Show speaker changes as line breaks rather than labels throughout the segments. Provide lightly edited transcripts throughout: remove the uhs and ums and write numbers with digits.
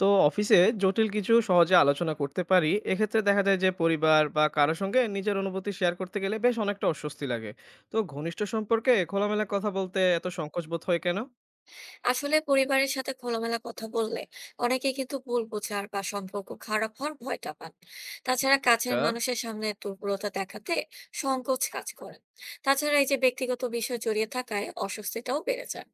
তো অফিসে জটিল কিছু সহজে আলোচনা করতে পারি। এক্ষেত্রে দেখা যায় যে পরিবার বা কারো সঙ্গে নিজের অনুভূতি শেয়ার করতে গেলে বেশ অনেকটা অস্বস্তি লাগে। তো ঘনিষ্ঠ সম্পর্কে খোলামেলা কথা বলতে এত সংকোচ বোধ হয় কেন?
আসলে পরিবারের সাথে খোলামেলা কথা বললে অনেকে কিন্তু ভুল বোঝার বা সম্পর্ক খারাপ হওয়ার ভয়টা পান। তাছাড়া
আচ্ছা।
কাছের মানুষের সামনে দুর্বলতা দেখাতে সংকোচ কাজ করে। তাছাড়া এই যে ব্যক্তিগত বিষয় জড়িয়ে থাকায় অস্বস্তিটাও বেড়ে যায়।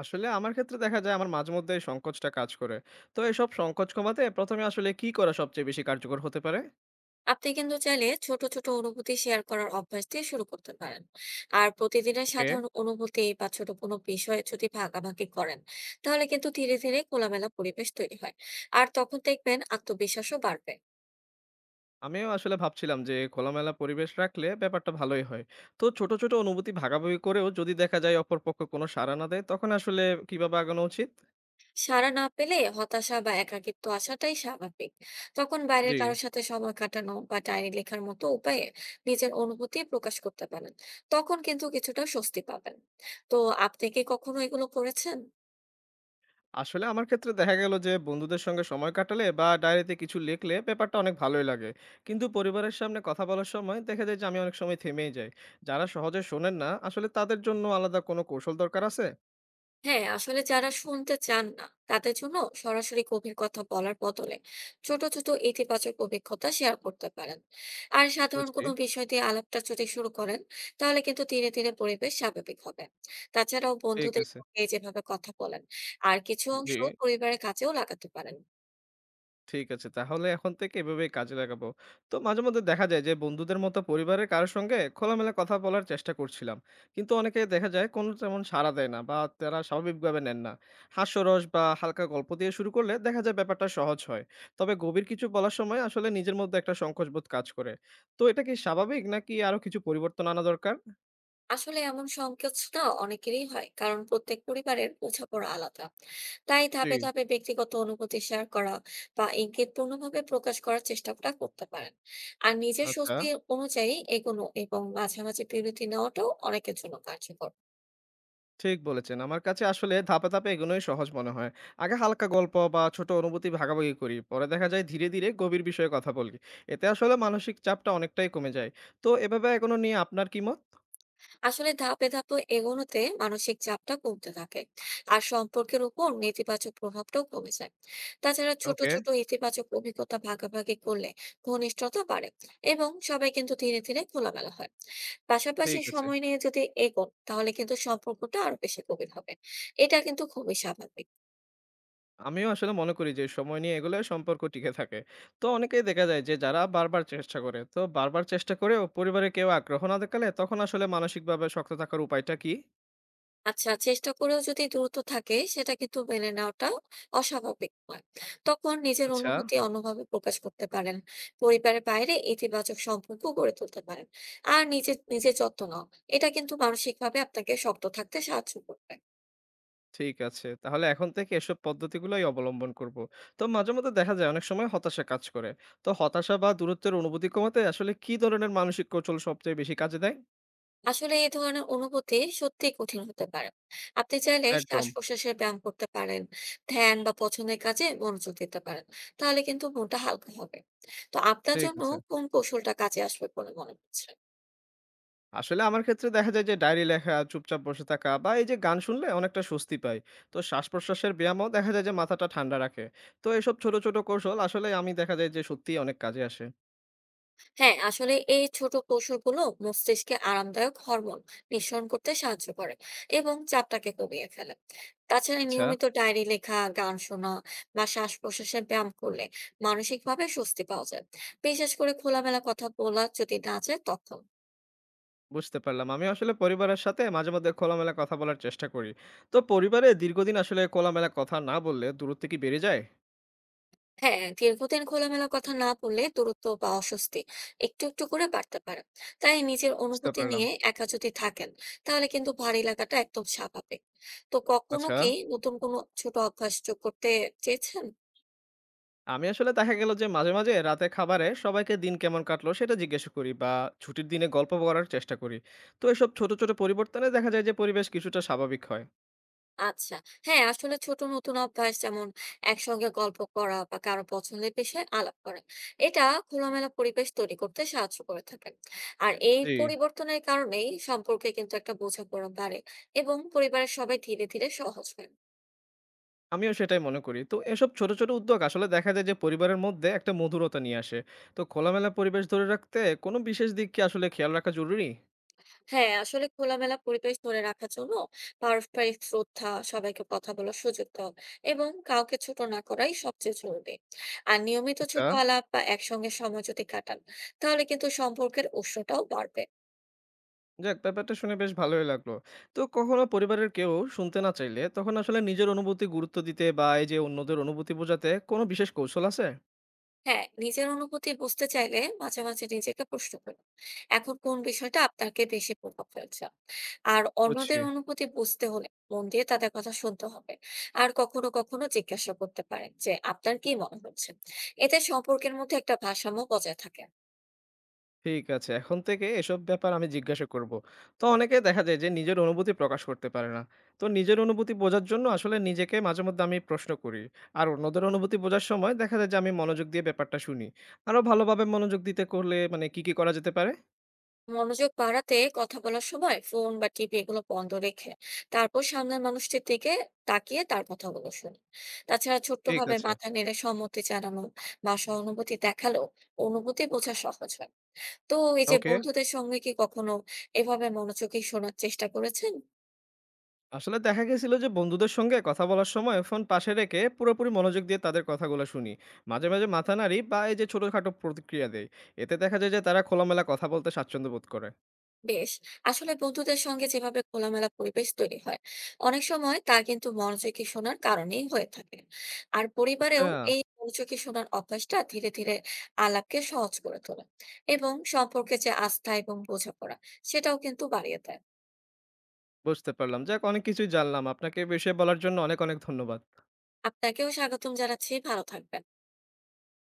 আসলে আমার ক্ষেত্রে দেখা যায় আমার মাঝে মধ্যে এই সংকোচটা কাজ করে। তো এসব সংকোচ কমাতে প্রথমে আসলে কি করা সবচেয়ে বেশি কার্যকর হতে পারে?
আপনি কিন্তু চাইলে ছোট ছোট অনুভূতি শেয়ার করার অভ্যাস দিয়ে শুরু করতে পারেন। আর প্রতিদিনের
ওকে।
সাধারণ অনুভূতি বা ছোট কোনো বিষয়ে যদি ভাগাভাগি করেন, তাহলে কিন্তু ধীরে ধীরে খোলামেলা পরিবেশ তৈরি হয়। আর তখন দেখবেন আত্মবিশ্বাসও বাড়বে।
আমিও আসলে ভাবছিলাম যে খোলামেলা পরিবেশ রাখলে ব্যাপারটা ভালোই হয়। তো ছোট ছোট অনুভূতি ভাগাভাগি করেও যদি দেখা যায় অপরপক্ষ কোনো সাড়া না দেয়, তখন আসলে কিভাবে আগানো উচিত?
সাড়া না পেলে হতাশা বা একাকিত্ব আসাটাই স্বাভাবিক। তখন বাইরের
জি।
কারোর সাথে সময় কাটানো বা ডায়েরি লেখার মতো উপায়ে নিজের অনুভূতি প্রকাশ করতে পারেন। তখন কিন্তু কিছুটা স্বস্তি পাবেন। তো আপনি কি কখনো এগুলো করেছেন?
আসলে আমার ক্ষেত্রে দেখা গেল যে বন্ধুদের সঙ্গে সময় কাটালে বা ডায়েরিতে কিছু লিখলে ব্যাপারটা অনেক ভালোই লাগে। কিন্তু পরিবারের সামনে কথা বলার সময় দেখা যায় যে আমি অনেক সময় থেমেই যাই। যারা সহজে শোনেন না আসলে তাদের জন্য আলাদা কোনো কৌশল দরকার আছে?
হ্যাঁ, আসলে যারা শুনতে চান না, তাদের জন্য সরাসরি গভীর কথা বলার বদলে ছোট ছোট ইতিবাচক অভিজ্ঞতা শেয়ার করতে পারেন। আর সাধারণ
বুঝছি।
কোনো বিষয় দিয়ে আলাপটা যদি শুরু করেন, তাহলে কিন্তু ধীরে ধীরে পরিবেশ স্বাভাবিক হবে। তাছাড়াও
ঠিক
বন্ধুদের
আছে।
সঙ্গে যেভাবে কথা বলেন, আর কিছু
জি।
অংশ পরিবারের কাছেও লাগাতে পারেন।
ঠিক আছে। তাহলে এখন থেকে এভাবেই কাজে লাগাবো। তো মাঝে মধ্যে দেখা যায় যে বন্ধুদের মতো পরিবারের কারো সঙ্গে খোলামেলা কথা বলার চেষ্টা করছিলাম। কিন্তু অনেকে দেখা যায় কোনো তেমন সাড়া দেয় না বা তারা স্বাভাবিকভাবে নেন না। হাস্যরস বা হালকা গল্প দিয়ে শুরু করলে দেখা যায় ব্যাপারটা সহজ হয়। তবে গভীর কিছু বলার সময় আসলে নিজের মধ্যে একটা সংকোচবোধ কাজ করে। তো এটা কি স্বাভাবিক নাকি আরো কিছু পরিবর্তন আনা দরকার?
আসলে এমন সংকোচটা অনেকেরই হয়, কারণ প্রত্যেক পরিবারের বোঝাপড়া আলাদা। তাই
জি।
ধাপে ধাপে ব্যক্তিগত অনুভূতি শেয়ার করা বা ইঙ্গিতপূর্ণভাবে প্রকাশ করার চেষ্টাটা করতে পারেন। আর নিজের
আচ্ছা।
স্বস্তি অনুযায়ী এগোনো এবং মাঝে মাঝে বিরতি নেওয়াটাও অনেকের জন্য কার্যকর।
ঠিক বলেছেন। আমার কাছে আসলে ধাপে ধাপে এগোনোই সহজ মনে হয়। আগে হালকা গল্প বা ছোট অনুভূতি ভাগাভাগি করি। পরে দেখা যায় ধীরে ধীরে গভীর বিষয়ে কথা বলি। এতে আসলে মানসিক চাপটা অনেকটাই কমে যায়। তো এভাবে এগোনো নিয়ে আপনার কি মত?
আসলে ধাপে ধাপে এগোনোতে মানসিক চাপটা কমতে থাকে। আর সম্পর্কের উপর নেতিবাচক প্রভাবটাও কমে যায়। তাছাড়া ছোট
ওকে।
ছোট ইতিবাচক অভিজ্ঞতা ভাগাভাগি করলে ঘনিষ্ঠতা বাড়ে এবং সবাই কিন্তু ধীরে ধীরে খোলামেলা হয়। পাশাপাশি
ঠিক আছে।
সময় নিয়ে যদি এগোন, তাহলে কিন্তু সম্পর্কটা আরো বেশি গভীর হবে। এটা কিন্তু খুবই স্বাভাবিক।
আমিও আসলে মনে করি যে সময় নিয়ে এগোলে সম্পর্ক টিকে থাকে। তো অনেকেই দেখা যায় যে যারা বারবার চেষ্টা করে। তো বারবার চেষ্টা করেও পরিবারে কেউ আগ্রহ না দেখালে তখন আসলে মানসিকভাবে শক্ত থাকার উপায়টা কি?
আচ্ছা, চেষ্টা করেও যদি দূরত্ব থাকে, সেটা কিন্তু মেনে নেওয়াটা অস্বাভাবিক নয়। তখন নিজের
আচ্ছা।
অনুভূতি অন্যভাবে প্রকাশ করতে পারেন। পরিবারের বাইরে ইতিবাচক সম্পর্ক গড়ে তুলতে পারেন। আর নিজের নিজের যত্ন নাও। এটা কিন্তু মানসিক ভাবে আপনাকে শক্ত থাকতে সাহায্য করবে।
ঠিক আছে। তাহলে এখন থেকে এসব পদ্ধতিগুলাই অবলম্বন করব। তো মাঝেমধ্যে দেখা যায় অনেক সময় হতাশা কাজ করে। তো হতাশা বা দূরত্বের অনুভূতি কমাতে আসলে কি ধরনের মানসিক কৌশল সবচেয়ে বেশি কাজে দেয়?
আসলে এই ধরনের অনুভূতি সত্যিই কঠিন হতে পারে। আপনি চাইলে
একদম।
শ্বাস প্রশ্বাসের ব্যায়াম করতে পারেন, ধ্যান বা পছন্দের কাজে মনোযোগ দিতে পারেন। তাহলে কিন্তু মনটা হালকা হবে। তো আপনার
ঠিক
জন্য
আছে।
কোন কৌশলটা কাজে আসবে বলে মনে হচ্ছে?
আসলে আমার ক্ষেত্রে দেখা যায় যে ডায়েরি লেখা, চুপচাপ বসে থাকা বা এই যে গান শুনলে অনেকটা স্বস্তি পাই। তো শ্বাসপ্রশ্বাসের ব্যায়ামও দেখা যায় যে মাথাটা ঠান্ডা রাখে। তো এসব ছোট ছোট কৌশল আসলে আমি দেখা যায় যে সত্যিই অনেক কাজে আসে।
হ্যাঁ, আসলে এই ছোট কৌশলগুলো মস্তিষ্কে আরামদায়ক হরমোন নিঃসরণ করতে সাহায্য করে এবং চাপটাকে কমিয়ে ফেলে। তাছাড়া
আচ্ছা।
নিয়মিত ডায়েরি লেখা, গান শোনা বা শ্বাস প্রশ্বাসের ব্যায়াম করলে মানসিকভাবে স্বস্তি পাওয়া যায়, বিশেষ করে খোলামেলা কথা বলা যদি না যায় তখন।
বুঝতে পারলাম। আমি আসলে পরিবারের সাথে মাঝে মধ্যে খোলামেলা কথা বলার চেষ্টা করি। তো পরিবারে দীর্ঘদিন আসলে খোলামেলা কথা না বললে দূরত্ব কি বেড়ে যায়?
হ্যাঁ, দীর্ঘদিন খোলামেলা কথা না বললে দূরত্ব বা অস্বস্তি একটু একটু করে বাড়তে পারে। তাই নিজের
বুঝতে
অনুভূতি
পারলাম।
নিয়ে একা যদি থাকেন, তাহলে কিন্তু ভারী লাগাটা একদম স্বাভাবিক। তো কখনো
আচ্ছা,
কি নতুন কোনো ছোট অভ্যাস যোগ করতে চেয়েছেন?
আমি আসলে দেখা গেল যে মাঝে মাঝে রাতে খাবারে সবাইকে দিন কেমন কাটলো সেটা জিজ্ঞেস করি বা ছুটির দিনে গল্প করার চেষ্টা করি। তো এসব ছোট ছোট পরিবর্তনে দেখা যায় যে পরিবেশ কিছুটা স্বাভাবিক হয়।
আচ্ছা, হ্যাঁ, আসলে ছোট নতুন অভ্যাস যেমন একসঙ্গে গল্প করা বা কারো পছন্দের বিষয়ে আলাপ করা, এটা খোলামেলা পরিবেশ তৈরি করতে সাহায্য করে থাকেন। আর এই
জি।
পরিবর্তনের কারণেই সম্পর্কে কিন্তু একটা বোঝাপড়া বাড়ে এবং পরিবারের সবাই ধীরে ধীরে সহজ হয়।
আমিও সেটাই মনে করি। তো এসব ছোট ছোট উদ্যোগ আসলে দেখা যায় যে পরিবারের মধ্যে একটা মধুরতা নিয়ে আসে। তো খোলামেলা পরিবেশ ধরে রাখতে কোনো বিশেষ দিক কি আসলে খেয়াল রাখা জরুরি?
হ্যাঁ, আসলে খোলামেলা পরিবেশ ধরে রাখার জন্য পারস্পরিক শ্রদ্ধা, সবাইকে কথা বলার সুযোগ দাও এবং কাউকে ছোট না করাই সবচেয়ে জরুরি। আর নিয়মিত
আচ্ছা।
ছোট আলাপ বা একসঙ্গে সময় যদি কাটান, তাহলে কিন্তু সম্পর্কের উষ্ণতাও বাড়বে।
যাক, ব্যাপারটা শুনে বেশ ভালোই লাগলো। তো কখনো পরিবারের কেউ শুনতে না চাইলে তখন আসলে নিজের অনুভূতি গুরুত্ব দিতে বা এই যে অন্যদের অনুভূতি বোঝাতে কোনো বিশেষ কৌশল আছে?
হ্যাঁ, নিজের অনুভূতি বুঝতে চাইলে মাঝে মাঝে নিজেকে প্রশ্ন করুন, এখন কোন বিষয়টা আপনাকে বেশি প্রভাব ফেলছে। আর
বুঝছি।
অন্যদের অনুভূতি বুঝতে হলে মন দিয়ে তাদের কথা শুনতে হবে। আর কখনো কখনো জিজ্ঞাসা করতে পারেন যে আপনার কি মনে হচ্ছে। এতে সম্পর্কের মধ্যে একটা ভারসাম্য বজায় থাকে।
ঠিক আছে। এখন থেকে এসব ব্যাপার আমি জিজ্ঞাসা করব। তো অনেকে দেখা যায় যে নিজের অনুভূতি প্রকাশ করতে পারে না। তো নিজের অনুভূতি বোঝার জন্য আসলে নিজেকে মাঝে মধ্যে আমি প্রশ্ন করি। আর অন্যদের অনুভূতি বোঝার সময় দেখা যায় যে আমি মনোযোগ দিয়ে ব্যাপারটা শুনি। আরো ভালোভাবে মনোযোগ দিতে করলে মানে কি করা যেতে পারে?
মনোযোগ বাড়াতে কথা বলার সময় ফোন বা টিভি এগুলো বন্ধ রেখে তারপর সামনের মানুষটির দিকে তাকিয়ে তার কথাগুলো শুনি। তাছাড়া ছোট্ট
ঠিক
ভাবে
আছে।
মাথা নেড়ে সম্মতি জানানো বা সহানুভূতি দেখালেও অনুভূতি বোঝা সহজ হয়। তো এই যে
ওকে।
বন্ধুদের সঙ্গে কি কখনো এভাবে মনোযোগী শোনার চেষ্টা করেছেন?
আসলে দেখা গেছিল যে বন্ধুদের সঙ্গে কথা বলার সময় ফোন পাশে রেখে পুরোপুরি মনোযোগ দিয়ে তাদের কথাগুলো শুনি। মাঝে মাঝে মাথা নাড়ি বা এই যে ছোটখাটো প্রতিক্রিয়া দেয়। এতে দেখা যায় যে তারা খোলামেলা কথা বলতে স্বাচ্ছন্দ্য বোধ করে।
বেশ, আসলে বন্ধুদের সঙ্গে যেভাবে খোলামেলা পরিবেশ তৈরি হয়, অনেক সময় তা কিন্তু মনোযোগী শোনার কারণেই হয়ে থাকে। আর
আচ্ছা।
পরিবারেও এই মনোযোগী শোনার অভ্যাসটা ধীরে ধীরে আলাপকে সহজ করে তোলে এবং সম্পর্কে যে আস্থা এবং বোঝাপড়া, সেটাও কিন্তু বাড়িয়ে দেয়।
বুঝতে পারলাম। যাক, অনেক কিছুই জানলাম। আপনাকে এই বিষয়ে বলার জন্য অনেক অনেক ধন্যবাদ।
আপনাকেও স্বাগতম জানাচ্ছি, ভালো থাকবেন।